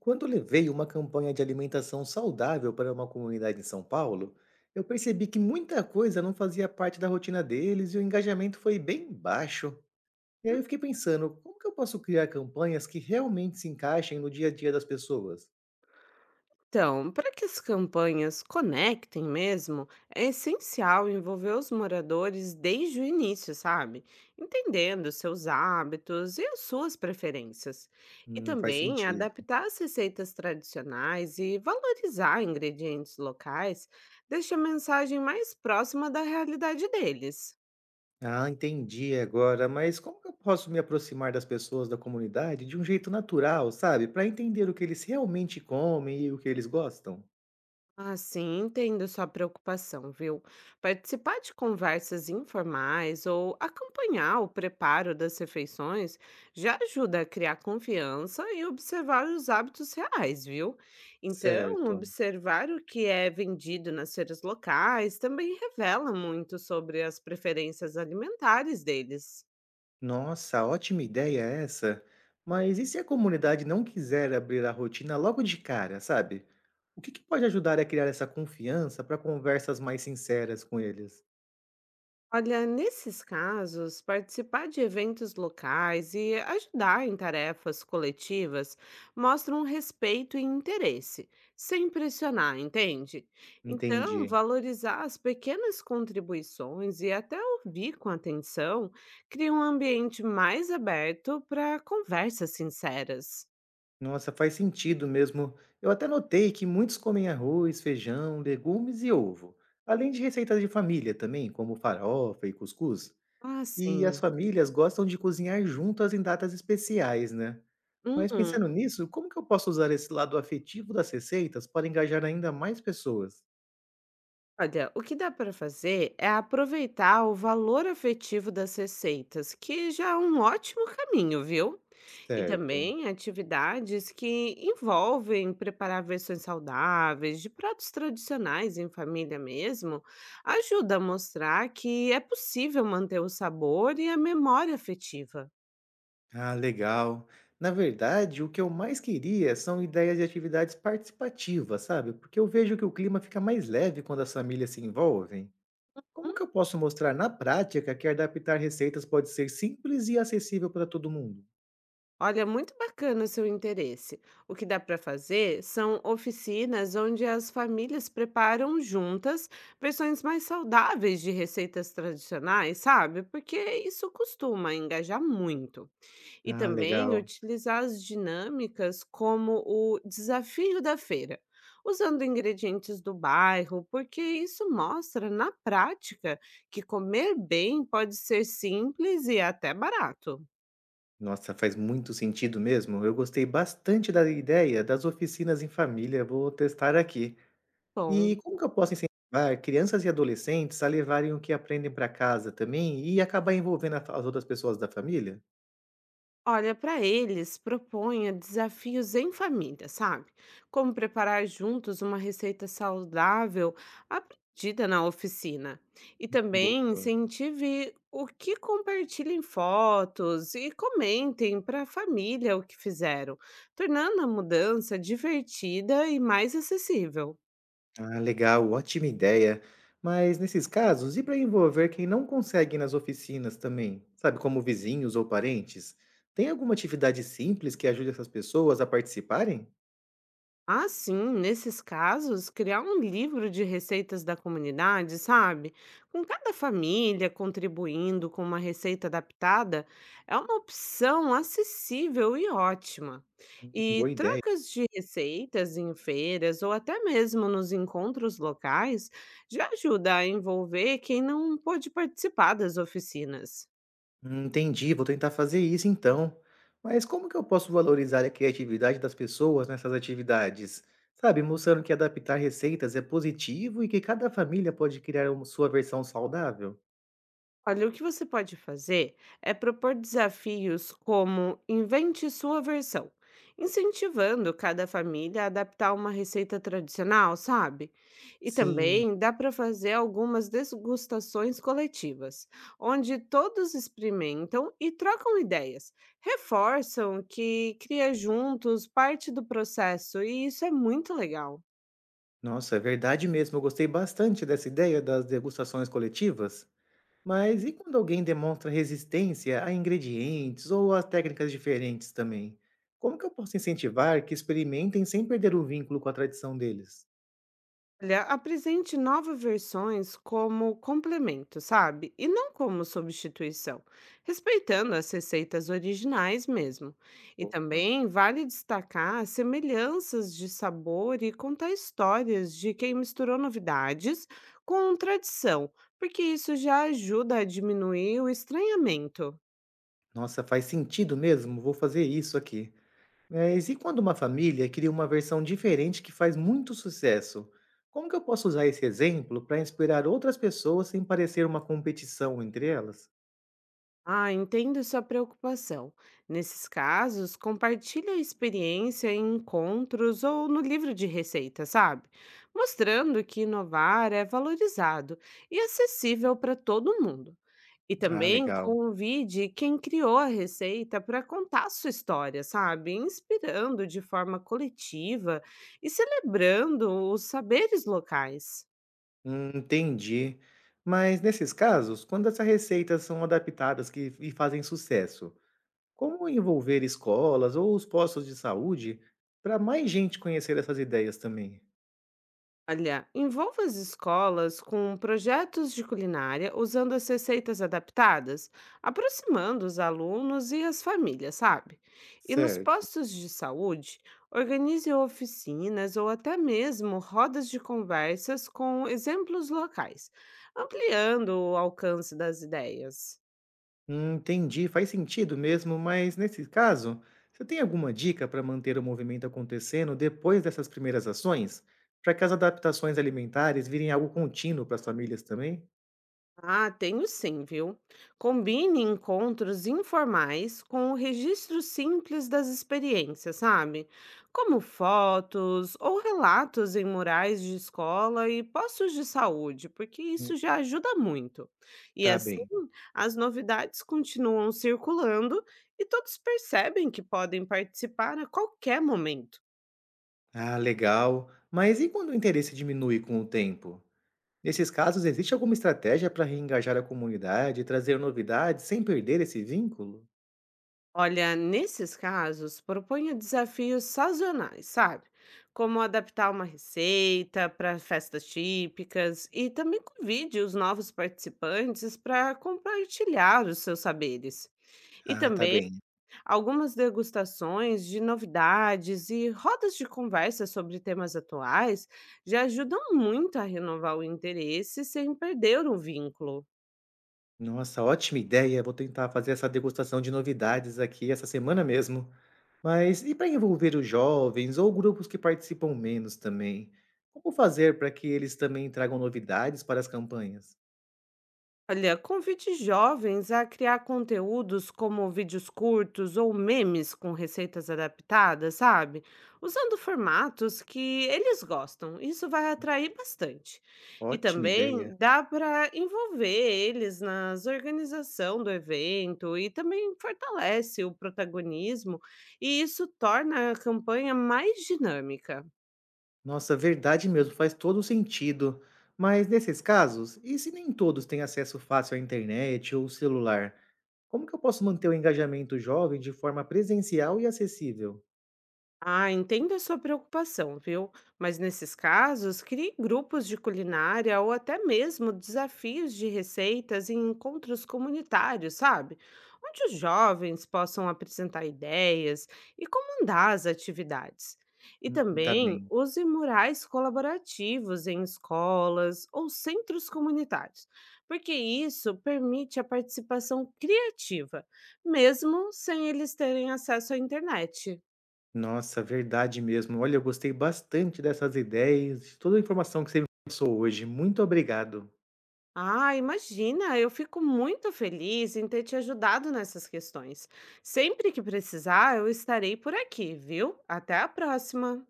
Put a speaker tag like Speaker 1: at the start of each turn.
Speaker 1: Quando levei uma campanha de alimentação saudável para uma comunidade em São Paulo, eu percebi que muita coisa não fazia parte da rotina deles e o engajamento foi bem baixo. E aí eu fiquei pensando, como que eu posso criar campanhas que realmente se encaixem no dia a dia das pessoas?
Speaker 2: Então, para que as campanhas conectem mesmo, é essencial envolver os moradores desde o início, sabe? Entendendo seus hábitos e as suas preferências. E
Speaker 1: Faz
Speaker 2: também
Speaker 1: sentido.
Speaker 2: adaptar as receitas tradicionais e valorizar ingredientes locais deixa a mensagem mais próxima da realidade deles.
Speaker 1: Ah, entendi agora, mas como que eu posso me aproximar das pessoas da comunidade de um jeito natural, sabe? Para entender o que eles realmente comem e o que eles gostam?
Speaker 2: Ah, sim, entendo sua preocupação, viu? Participar de conversas informais ou acompanhar o preparo das refeições já ajuda a criar confiança e observar os hábitos reais, viu? Então,
Speaker 1: Certo.
Speaker 2: observar o que é vendido nas feiras locais também revela muito sobre as preferências alimentares deles.
Speaker 1: Nossa, ótima ideia essa. Mas e se a comunidade não quiser abrir a rotina logo de cara, sabe? O que que pode ajudar a criar essa confiança para conversas mais sinceras com eles?
Speaker 2: Olha, nesses casos, participar de eventos locais e ajudar em tarefas coletivas mostram respeito e interesse, sem pressionar, entende? Então,
Speaker 1: Entendi.
Speaker 2: valorizar as pequenas contribuições e até ouvir com atenção cria um ambiente mais aberto para conversas sinceras.
Speaker 1: Nossa, faz sentido mesmo. Eu até notei que muitos comem arroz, feijão, legumes e ovo, além de receitas de família também, como farofa e cuscuz.
Speaker 2: Ah,
Speaker 1: E as
Speaker 2: sim.
Speaker 1: famílias gostam de cozinhar juntas em datas especiais, né? Mas
Speaker 2: Uhum.
Speaker 1: pensando nisso, como que eu posso usar esse lado afetivo das receitas para engajar ainda mais pessoas?
Speaker 2: Olha, o que dá para fazer é aproveitar o valor afetivo das receitas, que já é um ótimo caminho, viu? E
Speaker 1: Certo.
Speaker 2: também atividades que envolvem preparar versões saudáveis de pratos tradicionais em família mesmo, ajuda a mostrar que é possível manter o sabor e a memória afetiva.
Speaker 1: Ah, legal. Na verdade, o que eu mais queria são ideias de atividades participativas, sabe? Porque eu vejo que o clima fica mais leve quando as famílias se envolvem. Como que eu posso mostrar na prática que adaptar receitas pode ser simples e acessível para todo mundo?
Speaker 2: Olha, muito bacana o seu interesse. O que dá para fazer são oficinas onde as famílias preparam juntas versões mais saudáveis de receitas tradicionais, sabe? Porque isso costuma engajar muito. E
Speaker 1: Ah,
Speaker 2: também
Speaker 1: legal.
Speaker 2: utilizar as dinâmicas como o desafio da feira, usando ingredientes do bairro, porque isso mostra na prática que comer bem pode ser simples e até barato.
Speaker 1: Nossa, faz muito sentido mesmo. Eu gostei bastante da ideia das oficinas em família. Vou testar aqui.
Speaker 2: Bom.
Speaker 1: E como que eu posso incentivar crianças e adolescentes a levarem o que aprendem para casa também e acabar envolvendo a as outras pessoas da família?
Speaker 2: Olha, para eles, proponha desafios em família, sabe? Como preparar juntos uma receita saudável aprendida na oficina. E também
Speaker 1: Boa.
Speaker 2: incentive o que compartilhem fotos e comentem para a família o que fizeram, tornando a mudança divertida e mais acessível.
Speaker 1: Ah, legal, ótima ideia. Mas nesses casos, e para envolver quem não consegue ir nas oficinas também, sabe, como vizinhos ou parentes? Tem alguma atividade simples que ajude essas pessoas a participarem?
Speaker 2: Ah, sim, nesses casos, criar um livro de receitas da comunidade, sabe? Com cada família contribuindo com uma receita adaptada, é uma opção acessível e ótima. E
Speaker 1: Boa ideia.
Speaker 2: trocas de receitas em feiras ou até mesmo nos encontros locais já ajuda a envolver quem não pôde participar das oficinas.
Speaker 1: Entendi, vou tentar fazer isso então. Mas como que eu posso valorizar a criatividade das pessoas nessas atividades? Sabe, mostrando que adaptar receitas é positivo e que cada família pode criar uma sua versão saudável?
Speaker 2: Olha, o que você pode fazer é propor desafios como invente sua versão, incentivando cada família a adaptar uma receita tradicional, sabe? E
Speaker 1: Sim,
Speaker 2: também dá para fazer algumas degustações coletivas, onde todos experimentam e trocam ideias, reforçam que cria juntos parte do processo, e isso é muito legal.
Speaker 1: nossa, é verdade mesmo. Eu gostei bastante dessa ideia das degustações coletivas. Mas e quando alguém demonstra resistência a ingredientes ou a técnicas diferentes também? Como que eu posso incentivar que experimentem sem perder o vínculo com a tradição deles?
Speaker 2: Olha, apresente novas versões como complemento, sabe? E não como substituição, respeitando as receitas originais mesmo. E
Speaker 1: Boa.
Speaker 2: também vale destacar semelhanças de sabor e contar histórias de quem misturou novidades com tradição, porque isso já ajuda a diminuir o estranhamento.
Speaker 1: Nossa, faz sentido mesmo, vou fazer isso aqui. Mas e quando uma família cria uma versão diferente que faz muito sucesso? Como que eu posso usar esse exemplo para inspirar outras pessoas sem parecer uma competição entre elas?
Speaker 2: Ah, entendo sua preocupação. Nesses casos, compartilhe a experiência em encontros ou no livro de receita, sabe? Mostrando que inovar é valorizado e acessível para todo mundo. E
Speaker 1: Ah,
Speaker 2: também
Speaker 1: legal.
Speaker 2: convide quem criou a receita para contar sua história, sabe? Inspirando de forma coletiva e celebrando os saberes locais.
Speaker 1: Entendi. Mas nesses casos, quando essas receitas são adaptadas que, e fazem sucesso, como envolver escolas ou os postos de saúde para mais gente conhecer essas ideias também?
Speaker 2: Olha, envolva as escolas com projetos de culinária usando as receitas adaptadas, aproximando os alunos e as famílias, sabe? E nos
Speaker 1: Certo.
Speaker 2: postos de saúde, organize oficinas ou até mesmo rodas de conversas com exemplos locais, ampliando o alcance das ideias.
Speaker 1: Entendi, faz sentido mesmo, mas nesse caso, você tem alguma dica para manter o movimento acontecendo depois dessas primeiras ações? Para que as adaptações alimentares virem algo contínuo para as famílias também?
Speaker 2: Ah, tenho sim, viu? Combine encontros informais com o registro simples das experiências, sabe? Como fotos ou relatos em murais de escola e postos de saúde, porque
Speaker 1: Hum,
Speaker 2: isso já ajuda muito. E
Speaker 1: Tá
Speaker 2: assim,
Speaker 1: bem.
Speaker 2: as novidades continuam circulando e todos percebem que podem participar a qualquer momento.
Speaker 1: Ah, legal. Mas e quando o interesse diminui com o tempo? Nesses casos, existe alguma estratégia para reengajar a comunidade e trazer novidades sem perder esse vínculo?
Speaker 2: Olha, nesses casos, proponha desafios sazonais, sabe? Como adaptar uma receita para festas típicas e também convide os novos participantes para compartilhar os seus saberes. E
Speaker 1: Ah, tá
Speaker 2: também
Speaker 1: bem.
Speaker 2: algumas degustações de novidades e rodas de conversa sobre temas atuais já ajudam muito a renovar o interesse sem perder o vínculo.
Speaker 1: Nossa, ótima ideia. Vou tentar fazer essa degustação de novidades aqui essa semana mesmo. Mas e para envolver os jovens ou grupos que participam menos também? Como fazer para que eles também tragam novidades para as campanhas?
Speaker 2: Olha, convide jovens a criar conteúdos como vídeos curtos ou memes com receitas adaptadas, sabe? Usando formatos que eles gostam. Isso vai atrair bastante. E
Speaker 1: Ótima ideia.
Speaker 2: também dá para envolver eles na organização do evento e também fortalece o protagonismo, e isso torna a campanha mais dinâmica.
Speaker 1: Nossa, verdade mesmo, faz todo sentido. Mas nesses casos, e se nem todos têm acesso fácil à internet ou celular? Como que eu posso manter o engajamento jovem de forma presencial e acessível?
Speaker 2: Ah, entendo a sua preocupação, viu? Mas nesses casos, crie grupos de culinária ou até mesmo desafios de receitas em encontros comunitários, sabe? Onde os jovens possam apresentar ideias e comandar as atividades. E
Speaker 1: Tá
Speaker 2: também
Speaker 1: bem.
Speaker 2: use murais colaborativos em escolas ou centros comunitários, porque isso permite a participação criativa, mesmo sem eles terem acesso à internet.
Speaker 1: Nossa, verdade mesmo. Olha, eu gostei bastante dessas ideias, de toda a informação que você me passou hoje. Muito obrigado.
Speaker 2: Ah, imagina, eu fico muito feliz em ter te ajudado nessas questões. Sempre que precisar, eu estarei por aqui, viu? Até a próxima!